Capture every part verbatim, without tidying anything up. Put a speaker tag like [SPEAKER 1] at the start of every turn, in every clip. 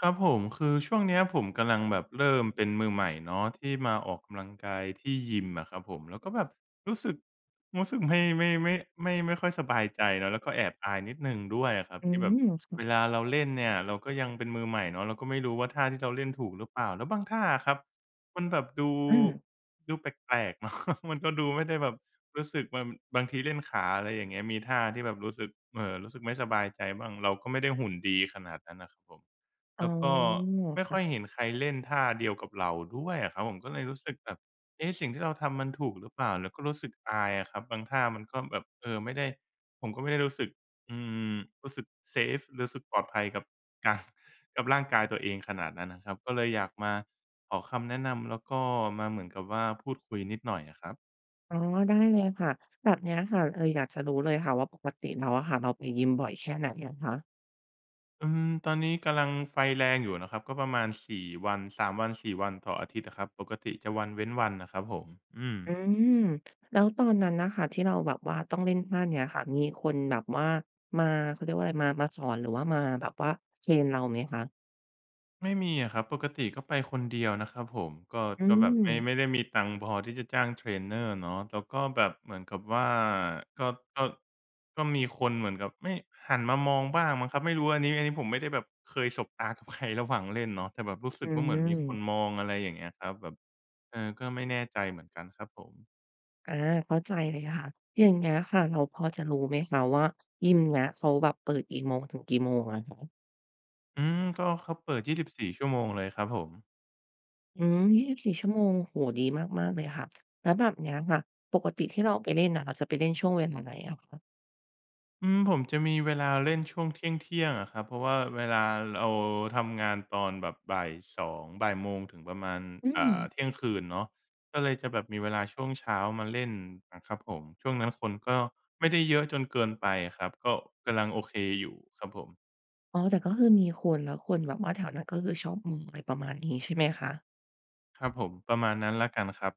[SPEAKER 1] ครับผมคือช่วงเนี้ยผมกำลังแบบเริ่มเป็นมือใหม่เนาะที่มาออกกำลังกายที่ยิมอะครับผมแล้วก็แบบรู้สึกรู้สึกไม่ไม่ไม่ไม่ไม่ค่อยสบายใจเนาะแล้วก็แอบอายนิดหนึ่งด้วยอะครับ
[SPEAKER 2] อื
[SPEAKER 1] ที่แบบ
[SPEAKER 2] มค่ะ
[SPEAKER 1] เวลาเราเล่นเนี่ยเราก็ยังเป็นมือใหม่เนาะเราก็ไม่รู้ว่าท่าที่เราเล่นถูกหรือเปล่าแล้วบางท่าอะครับมันแบบดู
[SPEAKER 2] อม
[SPEAKER 1] ดูแปลกๆ เนาะมันก็ดูไม่ได้แบบรู้สึกมันบางทีเล่นขาอะไรอย่างเงี้ยมีท่าที่แบบรู้สึกเอ่อรู้สึกไม่สบายใจบ้างเราก็ไม่ได้หุ่นดีขนาดนั้นน่ะครับผม
[SPEAKER 2] อ๋
[SPEAKER 1] แล้วก็
[SPEAKER 2] อ
[SPEAKER 1] ไม่ค่อย
[SPEAKER 2] ค่ะ
[SPEAKER 1] เห็นใครเล่นท่าเดียวกับเราด้วยอะครับผมก็เลยรู้สึกแบบเอ๊ะสิ่งที่เราทำมันถูกหรือเปล่าแล้วก็รู้สึกอายอะครับบางท่ามันก็แบบเออไม่ได้ผมก็ไม่ได้รู้สึกอืมรู้สึกเซฟรู้สึกปลอดภัยกับการ กับร่างกายตัวเองขนาดนั้นนะครับก็เลยอยากมาขอคำแนะนำแล้วก็มาเหมือนกับว่าพูดคุยนิดหน่อยอะครับ
[SPEAKER 2] อ๋อได้เลยค่ะแบบเนี้ยค่ะเอออยากจะรู้เลยค่ะว่าปกติเราอะค่ะเราไปยิมบ่อยแค่ไหนอะคะ
[SPEAKER 1] อืมตอนนี้กำลังไฟแรงอยู่นะครับก็ประมาณสี่วันสามวันสี่วันต่ออาทิตย์อะครับปกติจะวันเว้นวันนะครับผมอืม
[SPEAKER 2] อืมแล้วตอนนั้นนะคะที่เราแบบว่าต้องเล่นท่าเนี้ยค่ะมีคนแบบว่ามาเขาเรียกว่าอะไรมามาสอนหรือว่ามาแบบว่าเทรนเราไหมคะ
[SPEAKER 1] ไม่มีอะครับปกติก็ไปคนเดียวนะครับผมก็
[SPEAKER 2] อื
[SPEAKER 1] ก็แบบ
[SPEAKER 2] ม
[SPEAKER 1] ไม่ไม่ได้มีตังค์พอที่จะจ้างเทรนเนอร์เนาะแล้วก็แบบเหมือนกับว่าก็ก็ก็มีคนเหมือนกับไม่หันมามองบ้างมั้งครับไม่รู้อันนี้อันนี้ผมไม่ได้แบบเคยสบตากับใครระหว่างเล่นเนาะแต่แบบรู้สึ
[SPEAKER 2] อื
[SPEAKER 1] กว่าเห
[SPEAKER 2] ม
[SPEAKER 1] มือนมีคนมองอะไรอย่างเงี้ยครับแบบเออก็ไม่แน่ใจเหมือนกันครับผม
[SPEAKER 2] อาเข้าใจเลยค่ะอย่างเงี้ยค่ะเราพอจะรู้ไหมคะว่ายิมเนี้ยเขาแบบเปิดกี่โมงถึงกี่โมงอะคะ
[SPEAKER 1] อืมก็เขาเปิด ยี่สิบสี่ ชั่วโมงเลยครับผม
[SPEAKER 2] อืมยี่สิบสี่ ชั่วโมงโอ้โฮดีมากๆเลยค่ะ แล้วแบบเนี้ยค่ะ ปกติที่เราไปเล่นน่ะเราจะไปเล่นช่วงเวลาไหนอะคะ
[SPEAKER 1] อืมผมจะมีเวลาเล่นช่วงเที่ยงๆอะครับเพราะว่าเวลาเราทำงานตอนแบบบ่ายสองบ่ายโมงถึงประมาณ
[SPEAKER 2] อืม
[SPEAKER 1] อ่าเที่ยงคืนเนาะก็เลยจะแบบมีเวลาช่วงเช้ามาเล่นอะครับผมช่วงนั้นคนก็ไม่ได้เยอะจนเกินไปครับก็กำลังโอเคอยู่ครับผม
[SPEAKER 2] อ๋อ แต่ก็คือมีคนแล้วคนแบบว่าแถวนั้นก็คือชอบอืมอะไรประมาณนี้ใช่ไหมคะ
[SPEAKER 1] ครับผมประมาณนั้นแล้วกันครับ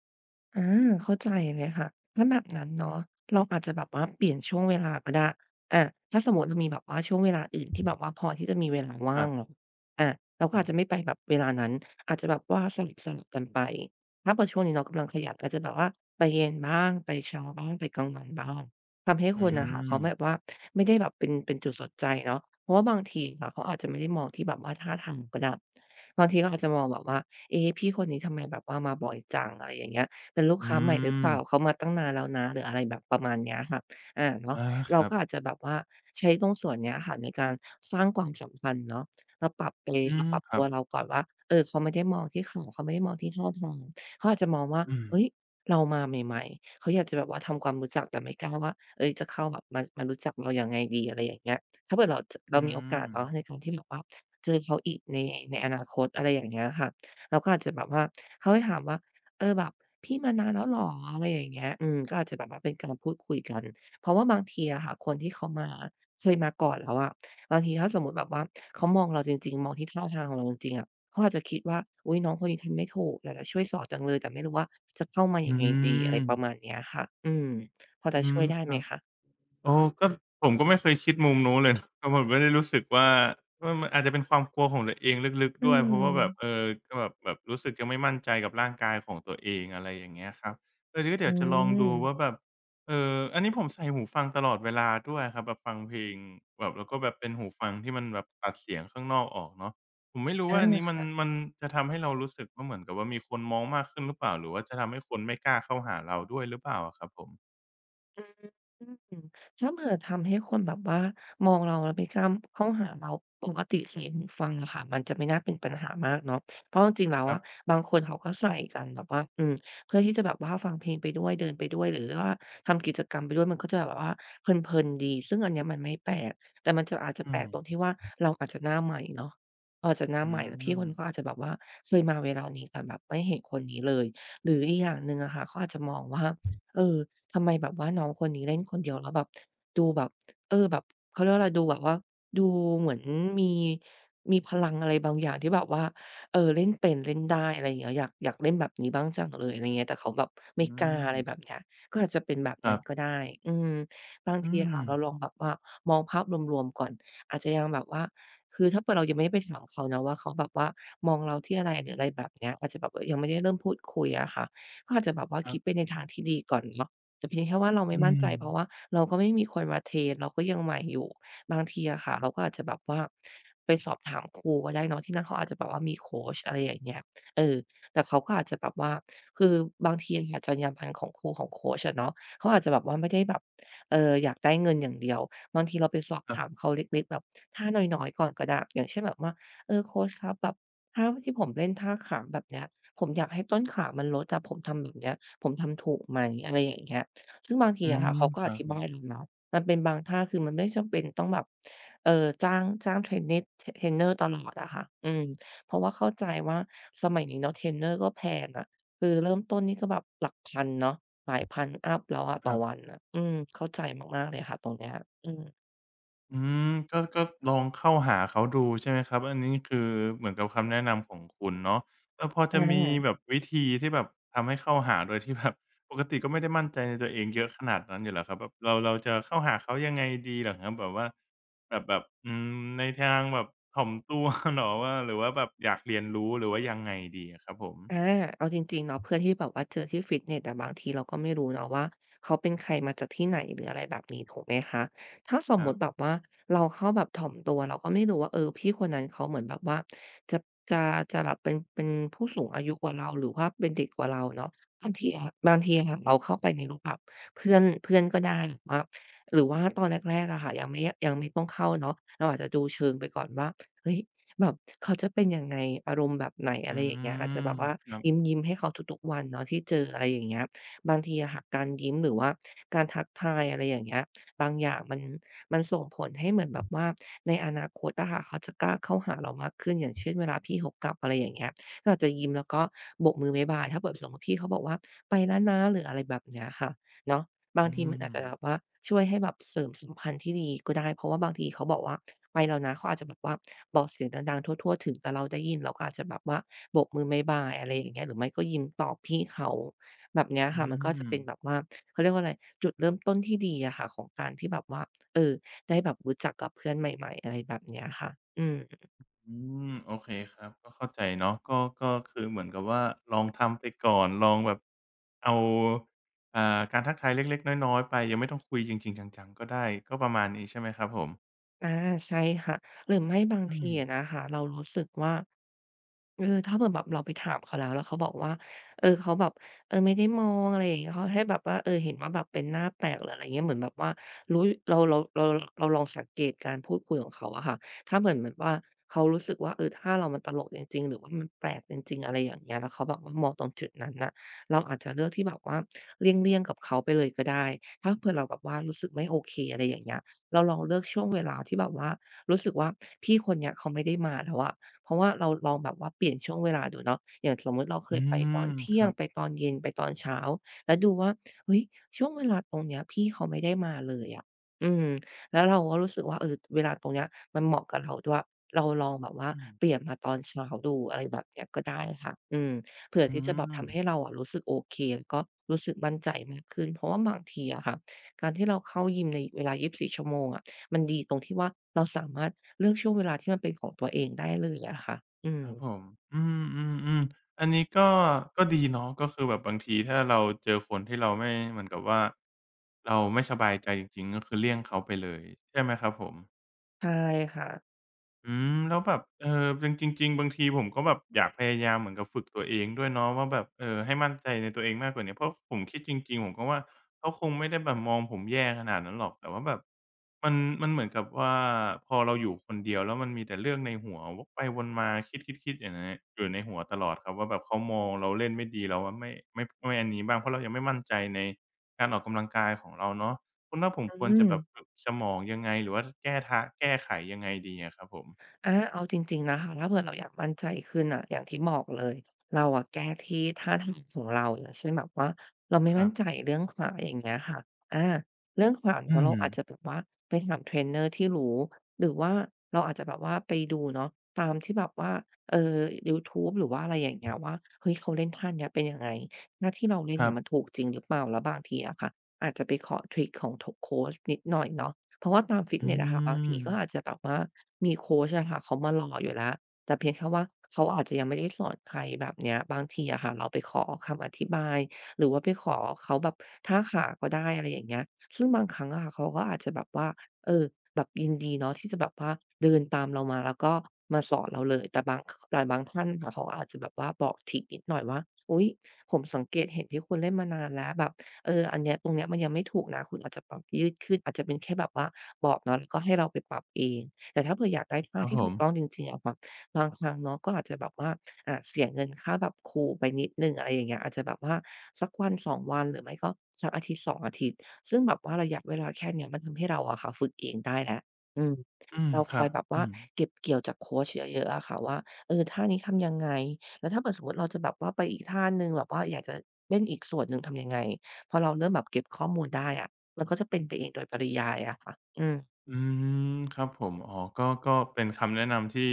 [SPEAKER 2] อาเข้าใจเลยค่ะถ้าแบบนั้นเนาะเราอาจจะแบบว่าเปลี่ยนช่วงเวลาก็ได้อาถ้าสมมุติเรามีแบบว่าช่วงเวลาอื่นที่แบบว่าพอที่จะมีเวลา
[SPEAKER 1] ค
[SPEAKER 2] ว่า
[SPEAKER 1] รั
[SPEAKER 2] ง
[SPEAKER 1] บ
[SPEAKER 2] เนาะอาเราก็
[SPEAKER 1] อื
[SPEAKER 2] อาจ
[SPEAKER 1] ม
[SPEAKER 2] จะไม่ไปแบบเวลานั้นอาจจะแบบว่าสลับๆกันไปถ้าเกิดช่วงนี้เรากำลังขยันอาจจะแบบว่าไปเย็นบ้างไปเช้าบ้างไปกลางวันบ้างทำให้ค
[SPEAKER 1] อื
[SPEAKER 2] นน่ะค่ะ
[SPEAKER 1] ม
[SPEAKER 2] เขาแบบว่าไม่ได้แบบเป็นเป็นจุดสนใจเนาะเพราะว่าบางทีอะค่ะเขาอาจจะไม่ได้มองที่แบบว่าท่าทางก็ได้บางทีก็อาจจะมองแบบว่าเอ๊พี่คนนี้ทำไมแบบว่ามาบ่อยจังอะไรอย่างเงี้ย เป็นลูก
[SPEAKER 1] อื
[SPEAKER 2] ค้าใหม่หรือเป
[SPEAKER 1] ม
[SPEAKER 2] ล่าเขามาตั้งนานแล้วนะหรืออะไรแบบประมาณเนี้ยค่ะอาเนาะ
[SPEAKER 1] อาค
[SPEAKER 2] เรา
[SPEAKER 1] รับ
[SPEAKER 2] ก็อาจจะแบบว่าใช้ตรงส่วนเนี้ยค่ะในการสร้างความสัมพันธ์เนาะเราปรับไป
[SPEAKER 1] อื
[SPEAKER 2] เรา
[SPEAKER 1] ม
[SPEAKER 2] ปรับ
[SPEAKER 1] ครั
[SPEAKER 2] ตัว
[SPEAKER 1] บ
[SPEAKER 2] เราก่อนว่าเออเขาไม่ได้มองที่ของเขาไม่ได้มองที่ท่าทางเขาอาจจะมองว่า
[SPEAKER 1] อืม
[SPEAKER 2] เฮ้ยเรามาใหม่ๆเขาอยากจะแบบว่าทำความรู้จักแต่ไม่กล้าว่าเฮ้ยจะเข้าแบบมามารู้จักเรายังไงดีอะไรอย่างเงี้ยถ้าเผื่อเราจเรา
[SPEAKER 1] อื
[SPEAKER 2] มีโอกาส
[SPEAKER 1] ม
[SPEAKER 2] เนาะในการที่แบบว่าเจอเขาอีกในในอนาคตอะไรอย่างเงี้ยค่ะเราก็อาจจะแบบว่าเขาให้ถามว่าเออแบบ พี่มานานแล้วเหรออะไรอย่างเงี้ยอืมก็อาจจะแบบว่าเป็นการพูดคุยกันเพราะว่าบางทีอะค่ะคนที่เขามาเคยมาก่อนแล้วอะบางทีถ้าสมมุติแบบว่าเขามองเราจริงๆมองที่ท่าทางของเราจริงๆอะเขาอาจจะคิดว่าอุ๊ยน้องคนนี้ทำไม่ถูกอยากจะช่วยสอนจังเลยแต่ไม่รู้ว่าจะเข้ามา
[SPEAKER 1] อื
[SPEAKER 2] ยังไงดีอะไร
[SPEAKER 1] ม
[SPEAKER 2] ประมาณเนี้ยค่ะอืมพอจะ
[SPEAKER 1] อื
[SPEAKER 2] ช่ว
[SPEAKER 1] ม
[SPEAKER 2] ยได้
[SPEAKER 1] ค
[SPEAKER 2] ไหม
[SPEAKER 1] รับ
[SPEAKER 2] คะ
[SPEAKER 1] โอ้ก็ผมก็ไม่เคยคิดมุมนู้นเลยนะ เพรผมไม่ได้รู้สึกว่าว่ามันอาจจะเป็นความกลัวของตัวเองลึก
[SPEAKER 2] อื
[SPEAKER 1] ๆด้วยเพราะว่าแบบเอ
[SPEAKER 2] ม
[SPEAKER 1] อก็แบบแบบรู้สึกยังไม่มั่นใจกับร่างกายของตัวเองอะไรอย่างเงี้ยครับเออก็
[SPEAKER 2] อื
[SPEAKER 1] เดี๋ยวจะลองดู
[SPEAKER 2] ม
[SPEAKER 1] ว่าแบบเอออันนี้ผมใส่หูฟังตลอดเวลาด้วยครับแบบฟังเพลงแบบแล้วก็แบบเป็นหูฟังที่มันแบบตัดเสียงข้างนอกออกเนาะผมไม่รู้
[SPEAKER 2] อา
[SPEAKER 1] ว่าอันนี้มัน
[SPEAKER 2] ค่ะ
[SPEAKER 1] มันจะทำให้เรารู้สึกว่าเหมือนกับว่ามีคนมองมากขึ้นหรือเปล่าหรือว่าจะทำให้คนไม่กล้าเข้าหาเราด้วยหรือเปล่าอะครับผม
[SPEAKER 2] อืมถ้าเผื่อทำให้คนแบบว่ามองเราแล้วไม่กล้าเข้าหาเราปกติเสียงหูฟังอะค่ะมันจะไม่น่าเป็นปัญหามากเนาะเพราะจริงๆแล้ว
[SPEAKER 1] ครั
[SPEAKER 2] อะ
[SPEAKER 1] บ
[SPEAKER 2] บางคนเขาก็ใส่กันแบบว่าอืมเพื่อที่จะแบบว่าฟังเพลงไปด้วยเดินไปด้วยหรือว่าทำกิจกรรมไปด้วยมันก็จะแบบว่าเพลินๆดีซึ่งอันเนี้ยมันไม่แปลกแต่มันจะอาจจะแป
[SPEAKER 1] อื
[SPEAKER 2] ล
[SPEAKER 1] ม
[SPEAKER 2] กตรงที่ว่าเราอาจจะหน้าใหม่เนาะเราอาจจะหน้า
[SPEAKER 1] อื
[SPEAKER 2] ใหม่แล้วพี่คนนี้
[SPEAKER 1] ม
[SPEAKER 2] ก็อาจจะแบบว่าเคยมาเวลานี้แต่แบบไม่เห็นคนนี้เลยหรืออีกอย่างหนึ่งอะค่ะเขาอาจจะมองว่าเออ ทำไมแบบว่าน้องคนนี้เล่นคนเดียวแล้วแบบดูแบบเออแบบเขาเรียกว่าอะไรดูแบบว่าดูเหมือนมีมีพลังอะไรบางอย่างที่แบบว่าเออเล่นเป็นเล่นได้อะไรอย่างเงี้ยอยากอยากเล่นแบบนี้บ้างจังเลยอะไรเงี้ยแต่เขาแบบ
[SPEAKER 1] อื
[SPEAKER 2] ไม่กล้าอะไรแบบ
[SPEAKER 1] ม
[SPEAKER 2] เนี้ยก็อาจจะเป็นแบบ
[SPEAKER 1] ค
[SPEAKER 2] นั้
[SPEAKER 1] รั
[SPEAKER 2] นก็
[SPEAKER 1] บ
[SPEAKER 2] ได้อืมบาง
[SPEAKER 1] อื
[SPEAKER 2] ทีอะค่ะเราลอ
[SPEAKER 1] ม
[SPEAKER 2] งแบบว่ามองภาพรวมๆก่อนอาจจะยังแบบว่าคือถ้าเกิ่เรายังไม่ได้ไปถามเขานะว่าเขาแบบว่ามองเราที่อะไรหรืออะไรแบบเนี้ยอาจจะแบบเยังไม่ได้เริ่มพูดคุยอะค่ะก็อาจจะแบบว่า
[SPEAKER 1] ครั
[SPEAKER 2] คิ
[SPEAKER 1] บ
[SPEAKER 2] ดไปในทางที่ดีก่อนเนาะ แต่เพียงแค่ว่าเราไม่
[SPEAKER 1] อื
[SPEAKER 2] มั่นใจเพราะว่า
[SPEAKER 1] ม
[SPEAKER 2] เราก็ไม่มีคนมาเทรนเราก็ยังใหม่อยู่บางทีอะค่ะเราก็อาจจะแบบว่าไปสอบถามครูก็ได้เนาะที่นั่นเขาอาจจะแบบว่ามีโคชอะไรอย่างเงี้ยเออแต่เขาก็อาจจะแบบว่าคือบางทีอะค่ะจรรยาบรรณของครูของโคชอะเนาะเขาอาจจะแบบว่าไม่ได้แบบเอ่ออยากได้เงินอย่างเดียวบางทีเราไปสอบ
[SPEAKER 1] ครั
[SPEAKER 2] ถาม
[SPEAKER 1] บ
[SPEAKER 2] เขาเล็กๆแบบท่าน้อยๆก่อนก็ได้อย่างเช่นแบบว่าเออโคชครับแบบท่าที่ผมเล่นท่าขาแบบเนี้ยผมอยากให้ต้นขามันลดอะผมทำแบบเนี้ยผมทำถูกไหมอะไรอย่างเงี้ย ซึ่งบางที
[SPEAKER 1] อื
[SPEAKER 2] อะค่ะ
[SPEAKER 1] ม
[SPEAKER 2] เขาก็
[SPEAKER 1] ค
[SPEAKER 2] อ
[SPEAKER 1] รับ
[SPEAKER 2] ธิ
[SPEAKER 1] ผ
[SPEAKER 2] บาย
[SPEAKER 1] ม
[SPEAKER 2] เราเนาะมันเป็นบางท่าคือมันไม่จำเป็นต้องแบบเอ่อจ้างจ้างเทรนนิสเทรนเทรนเนอร์ตลอดอะค่ะอืมเพราะว่าเข้าใจว่าสมัยนี้เนาะเทรนเนอร์ก็แพงอะคือเริ่มต้นนี่ก็แบบหลักพันเนาะหลายพันอัปแล้วอะ
[SPEAKER 1] ค
[SPEAKER 2] ต่อ
[SPEAKER 1] รั
[SPEAKER 2] วัน
[SPEAKER 1] บ
[SPEAKER 2] น่ะอืมเข้าใจมากๆเลยค่ะตรงเนี้ยอืม
[SPEAKER 1] อืมก็ก็ลองเข้าหาเขาดูใช่ไหมครับอันนี้คือเหมือนกับคำแนะนำของคุณเนาะแล้วพอ
[SPEAKER 2] อ
[SPEAKER 1] จะมี
[SPEAKER 2] า
[SPEAKER 1] แบบวิธีที่แบบทำให้เข้าหาโดยที่แบบปกติก็ไม่ได้มั่นใจในตัวเองเยอะขนาดนั้นอยู่เหรอครับแบบเราเราจะเข้าหาเขายังไงดีเหรอครับแบบว่าแบบแบบอืมในทางแบบถ่อมตัว เหรอว่าหรือว่าแบบอยากเรียนรู้หรือว่ายังไงดีอะครับผม
[SPEAKER 2] อาเอาจริงๆเนาะเพื่อนที่แบบว่าเจอที่ฟิตเนสอะบางทีเราก็ไม่รู้เนาะว่าเขาเป็นใครมาจากที่ไหนหรืออะไรแบบนี้ถูกไหมคะถ้าสม
[SPEAKER 1] ค
[SPEAKER 2] มุ
[SPEAKER 1] รับ
[SPEAKER 2] ติแบบว่าเราเข้าแบบถ่อมตัวเราก็ไม่รู้ว่าเออพี่คนนั้นเขาเหมือนแบบว่าจะจะจะแบบเป็นเป็นผู้สูงอายุกว่าเราหรือว่าเป็นเด็กกว่าเราเนาะบางทีอะบางทีอะค่ะเราเข้าไปในรูปแบบเพื่อนเพื่อนก็ได้หรือว่าหรือว่าตอนแรกๆอะค่ะยังไม่ยังไม่ต้องเข้าเนาะเราอาจจะดูเชิงไปก่อนว่าเฮ้ย แบบเขาจะเป็นยังไงอารมณ์แบบไหนอะ
[SPEAKER 1] อื
[SPEAKER 2] ไรอย่างเงี้ยอาจจะ
[SPEAKER 1] ม
[SPEAKER 2] แบบว่า
[SPEAKER 1] ครั
[SPEAKER 2] ยิ
[SPEAKER 1] บ
[SPEAKER 2] ้มๆให้เขาทุกๆวันเนาะที่เจออะไรอย่างเงี้ยบางทีอะค่ะการยิ้มหรือว่าการทักทายอะไรอย่างเงี้ยบางอย่างมันมันส่งผลให้เหมือนแบบว่าในอนาคตอะค่ะเขาจะกล้าเข้าหาเรามากขึ้นอย่างเช่นเวลาพี่เขากลับอะไรอย่างเงี้ยก็อาจจะยิ้มแล้วก็โบกมือบ๊ายบายถ้าเผื่อสมมุติพี่เขาบอกว่าไปแล้วนะหรืออะไรแบบเนี้ยค่ะเนาะบาง
[SPEAKER 1] อื
[SPEAKER 2] ทีมันอาจจะแบบ
[SPEAKER 1] ม
[SPEAKER 2] ว่าช่วยให้แบบเสริมสัมพันธ์ที่ดีก็ได้เพราะว่าบางทีเขาบอกว่า ไปแล้วนะเขาอาจจะแบบว่าบอกเสียงดังๆทั่วๆถึงแต่เราได้ยินเราก็อาจจะแบบว่าโบกมือบ๊ายบายอะไรอย่างเงี้ยหรือไม่ก็ยิ้มตอบพี่เขาแบบเนี้ย
[SPEAKER 1] อื
[SPEAKER 2] ค่ะมันก็จะ
[SPEAKER 1] ม
[SPEAKER 2] เป็นแบบว่าเขาเรียกว่าอะไรจุดเริ่มต้นที่ดีอะค่ะของการที่แบบว่าเออได้แบบรู้จักกับเพื่อนใหม่ๆอะไรแบบเนี้ยค่ะอืม
[SPEAKER 1] อืม โอเคครับ ก็เข้าใจเนาะก็ก็คือเหมือนกับว่าลองทำไปก่อนลองแบบเอาอ่าการทักทายเล็กๆน้อยๆไป ยังไม่ต้องคุยจริงๆจังๆก็ได้ก็ประมาณนี้ใช่ไหมครับผม
[SPEAKER 2] อาใช่ค่ะหรือไม่บาง
[SPEAKER 1] อื
[SPEAKER 2] ที
[SPEAKER 1] ม
[SPEAKER 2] อะนะคะเรารู้สึกว่า เออถ้าเผื่อแบบเราไปถามเขาแล้วแล้วเขาบอกว่าเออเขาแบบเออไม่ได้มองอะไรอย่างเงี้ยเขาให้แบบว่าเออเห็นว่าแบบเป็นหน้าแปลกหรืออะไรเงี้ยเหมือนแบบว่ารู้เราเราเราเราลองสังเกตการพูดคุยของเขาอะค่ะถ้าเหมือนแบบว่าเขารู้สึกว่าเออถ้าเรามันตลกจริงๆหรือว่ามันแปลกจริงๆอะไรอย่างเงี้ยแล้วเขาแบบว่ามองตรงจุดนั้นน่ะเราอาจจะเลือกที่แบบว่าเลี่ยงๆกับเขาไปเลยก็ได้ถ้าเผื่อเราแบบว่ารู้สึกไม่โอเคอะไรอย่างเงี้ยเราลองเลือกช่วงเวลาที่แบบว่ารู้สึกว่าพี่คนเนี้ยเขาไม่ได้มาแล้วอะ เพราะว่าเราลองแบบว่าเปลี่ยนช่วงเวลาดูเนาะอย่างสมมุติเราเค
[SPEAKER 1] อื
[SPEAKER 2] ยไปต
[SPEAKER 1] ม
[SPEAKER 2] อน
[SPEAKER 1] ค
[SPEAKER 2] เที่ย
[SPEAKER 1] รั
[SPEAKER 2] ง
[SPEAKER 1] บ
[SPEAKER 2] ไปตอนเย็นไปตอนเช้าแล้วดูว่าเฮ้ยช่วงเวลาตรงเนี้ยพี่เขาไม่ได้มาเลยอะอืมแล้วเราก็รู้สึกว่าเออเวลาตรงเนี้ยมันเหมาะกับเราด้วยเราลองแบบว่า
[SPEAKER 1] อืม
[SPEAKER 2] เปลี่ยนมาตอนเช้าดูอะไรแบบเนี้ยก็ได้ค่ะอืมเผื่อ
[SPEAKER 1] อื
[SPEAKER 2] ที่จะแบบ
[SPEAKER 1] ม
[SPEAKER 2] ทำให้เราอะรู้สึกโอเคแล้วก็รู้สึกมั่นใจมากขึ้นเพราะว่าบางทีอะค่ะการที่เราเข้ายิมในเวลายี่สิบสี่ชั่วโมงอะมันดีตรงที่ว่าเราสามารถ เลือกช่วงเวลาที่มันเป็นของตัวเองได้เลยอะค่ะอื
[SPEAKER 1] ค
[SPEAKER 2] ม
[SPEAKER 1] รับผมอืมๆๆอันนี้ก็ ก็ดีเนาะก็คือแบบบางทีถ้าเราเจอคนที่เราไม่เหมือนกับว่าเราไม่สบายใจจริงๆก็คือเลี่ยงเขาไปเลยใช่ไหมครับผม
[SPEAKER 2] ใช่ค่ะ
[SPEAKER 1] อืมแล้วแบบเออจริงจริงๆบางทีผมก็แบบอยากพยายามเหมือนกับฝึกตัวเองด้วยเนาะว่าแบบเออให้มั่นใจในตัวเองมากกว่านี้เพราะผมคิดจริงๆผมก็ว่าเขาคงไม่ได้แบบมองผมแย่ขนาดนั้นหรอกแต่ว่าแบบมันมันเหมือนกับว่าพอเราอยู่คนเดียวแล้วมันมีแต่เรื่องในหัววกไปวนมาคิดๆๆอย่างนั้นอยู่ในหัวตลอดครับว่าแบบเขามองเราเล่นไม่ดีเราอะไม่ไม่ไม่อันนี้บ้างเพราะเรายังไม่มั่นใจในการออกกำลังกายของเราเนาะคุณว่าผมควร
[SPEAKER 2] อื
[SPEAKER 1] จะ
[SPEAKER 2] ม
[SPEAKER 1] แบบฝึกสมองยังไงหรือว่าแก้ทางแก้ไขยังไงดีอะครับผม
[SPEAKER 2] อาเอาจริงๆนะคะถ้าเผื่อเราอยากมั่นใจขึ้นน่ะอย่างที่บอกเลยเราอะแก้ที่ท่าทางของเราอย่างเช่นแบบว่าเราไม่
[SPEAKER 1] ครั
[SPEAKER 2] มั่น
[SPEAKER 1] บ
[SPEAKER 2] ใจเรื่องขาอย่างเงี้ยค่ะอาเรื่องขา
[SPEAKER 1] อื
[SPEAKER 2] เนาะเรา
[SPEAKER 1] ม
[SPEAKER 2] อาจจะแบบว่าไปถามเทรนเนอร์ที่รู้หรือว่าเราอาจจะแบบว่าไปดูเนาะตามที่แบบว่าเอ่อยูทูบหรือว่าอะไรอย่างเงี้ยว่าเฮ้ยเขาเล่นท่าเนี้ยเป็นยังไงท่าที่เราเล่น
[SPEAKER 1] ครั
[SPEAKER 2] เนี่
[SPEAKER 1] บ
[SPEAKER 2] ยมันถูกจริงหรือเปล่าแล้วบางทีอะค่ะอาจจะไปขอทริกของทโคชนิดหน่อยเนาะ เพราะว่าตามฟิต
[SPEAKER 1] อื
[SPEAKER 2] เนสอะค่ะบางที
[SPEAKER 1] ม
[SPEAKER 2] ก็อาจจะแบบว่ามีโคชอะค่ะเขามารออยู่แล้วแต่เพียงแค่ว่าเขาอาจจะยังไม่ได้สอนใครแบบเนี้ยบางทีอะค่ะเราไปขอคำอธิบายหรือว่าไปขอเขาแบบท่าขาก็ได้อะไรอย่างเงี้ยซึ่งบางครั้งอะค่ะเขาก็อาจจะแบบว่าเออแบบยินดีเนาะที่จะแบบว่าเดินตามเรามาแล้วก็มาสอนเราเลยแต่บางคแต่บางท่านค่ะเขาอาจจะแบบว่าบอกทริกนิดหน่อยว่าอุ๊ยผมสังเกตเห็นที่คุณเล่นมานานแล้วแบบ เอออันเนี้ยตรงเนี้ยมันยังไม่ถูกนะคุณอาจจะปรับยืดขึ้นอาจจะเป็นแค่แบบว่าบอกเนาะแล้วก็ให้เราไปปรับเองแต่ถ้าเผื่ออยากได้
[SPEAKER 1] ค
[SPEAKER 2] ท่า
[SPEAKER 1] รับ
[SPEAKER 2] ที่
[SPEAKER 1] ผ
[SPEAKER 2] ถู
[SPEAKER 1] ม
[SPEAKER 2] กต้องจริงๆอะค่ะบางครั้งเนาะก็อาจจะแบบว่าอ่าเสียเงินค่าแบบครูไปนิดหนึ่งอะไรอย่างเงี้ยอาจจะแบบว่าสักวันสองวันหรือไม่ก็สักอาทิตย์สององอาทิตย์ซึ่งแบบว่าระยะเวลาแค่เนี้ยมันทำให้เราอะค่ะฝึกเองได้แล้วอืม
[SPEAKER 1] อืม
[SPEAKER 2] เรา
[SPEAKER 1] ค
[SPEAKER 2] คอ
[SPEAKER 1] รั
[SPEAKER 2] ย
[SPEAKER 1] บ
[SPEAKER 2] แบบ
[SPEAKER 1] อื
[SPEAKER 2] ว่า
[SPEAKER 1] ม
[SPEAKER 2] เก็บเกี่ยวจากโคชเยอะๆอะค่ะว่าเออท่านี้ทำยังไงแล้วถ้าเกิดสมมุติเราจะแบบว่าไปอีกท่าหนึ่งแบบว่าอยากจะเล่นอีกส่วนหนึ่งทำยังไง พอเราเริ่มแบบเก็บข้อมูลได้อะมันก็จะเป็นไปเองโดยปริยายอะค่ะอืม
[SPEAKER 1] อืมครับผมอ๋อก็ก็เป็นคำแนะนำที่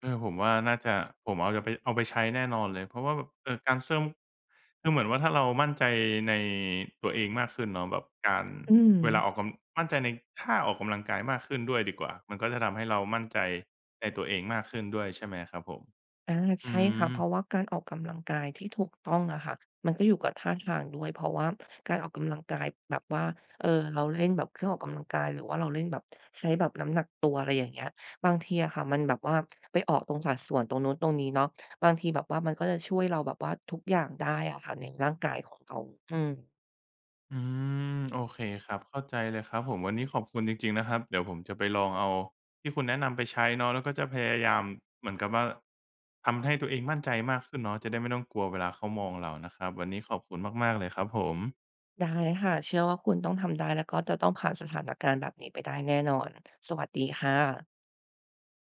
[SPEAKER 1] เออผมว่าน่าจะผมเอาจะไปเอาไปใช้แน่นอนเลยเพราะว่าแบบเอ่อการเซิ่มคือเหมือนว่าถ้าเรามั่นใจในตัวเองมากขึ้นเนาะแบบการ
[SPEAKER 2] อืม
[SPEAKER 1] เวลาออกกำมั่นใจในท่าออกกำลังกายมากขึ้นด้วยดีกว่ามันก็จะทำให้เรามั่นใจในตัวเองมากขึ้นด้วยใช่ไหมครับผม
[SPEAKER 2] อา
[SPEAKER 1] อื
[SPEAKER 2] ใช่ค่ะ
[SPEAKER 1] ม
[SPEAKER 2] เพราะว่าการออกกำลังกายที่ถูกต้องอะค่ะมันก็อยู่กับท่าทางด้วย เพราะว่าการออกกำลังกายแบบว่าเอ่อเราเล่นแบบเครื่องออกกำลังกายหรือว่าเราเล่นแบบใช้แบบน้ำหนักตัวอะไรอย่างเงี้ยบางทีอะค่ะมันแบบว่าไปออกตรงสัดส่วนตรงนู้นตรงนี้เนาะบางทีแบบว่ามันก็จะช่วยเราแบบว่าทุกอย่างได้อะค่ะในร่างกายของเราอืม
[SPEAKER 1] อืมโอเคครับเข้าใจเลยครับผมวันนี้ขอบคุณจริงๆนะครับเดี๋ยวผมจะไปลองเอาที่คุณแนะนำไปใช้เนาะแล้วก็จะพยายามเหมือนกับว่าทำให้ตัวเองมั่นใจมากขึ้นเนาะจะได้ไม่ต้องกลัวเวลาเขามองเรานะครับวันนี้ขอบคุณมากๆเลยครับผม
[SPEAKER 2] ได้ค่ะเชื่อว่าคุณต้องทำได้แล้วก็จะต้องผ่านสถานการณ์แบบนี้ไปได้แน่นอนสวัสดีค่ะ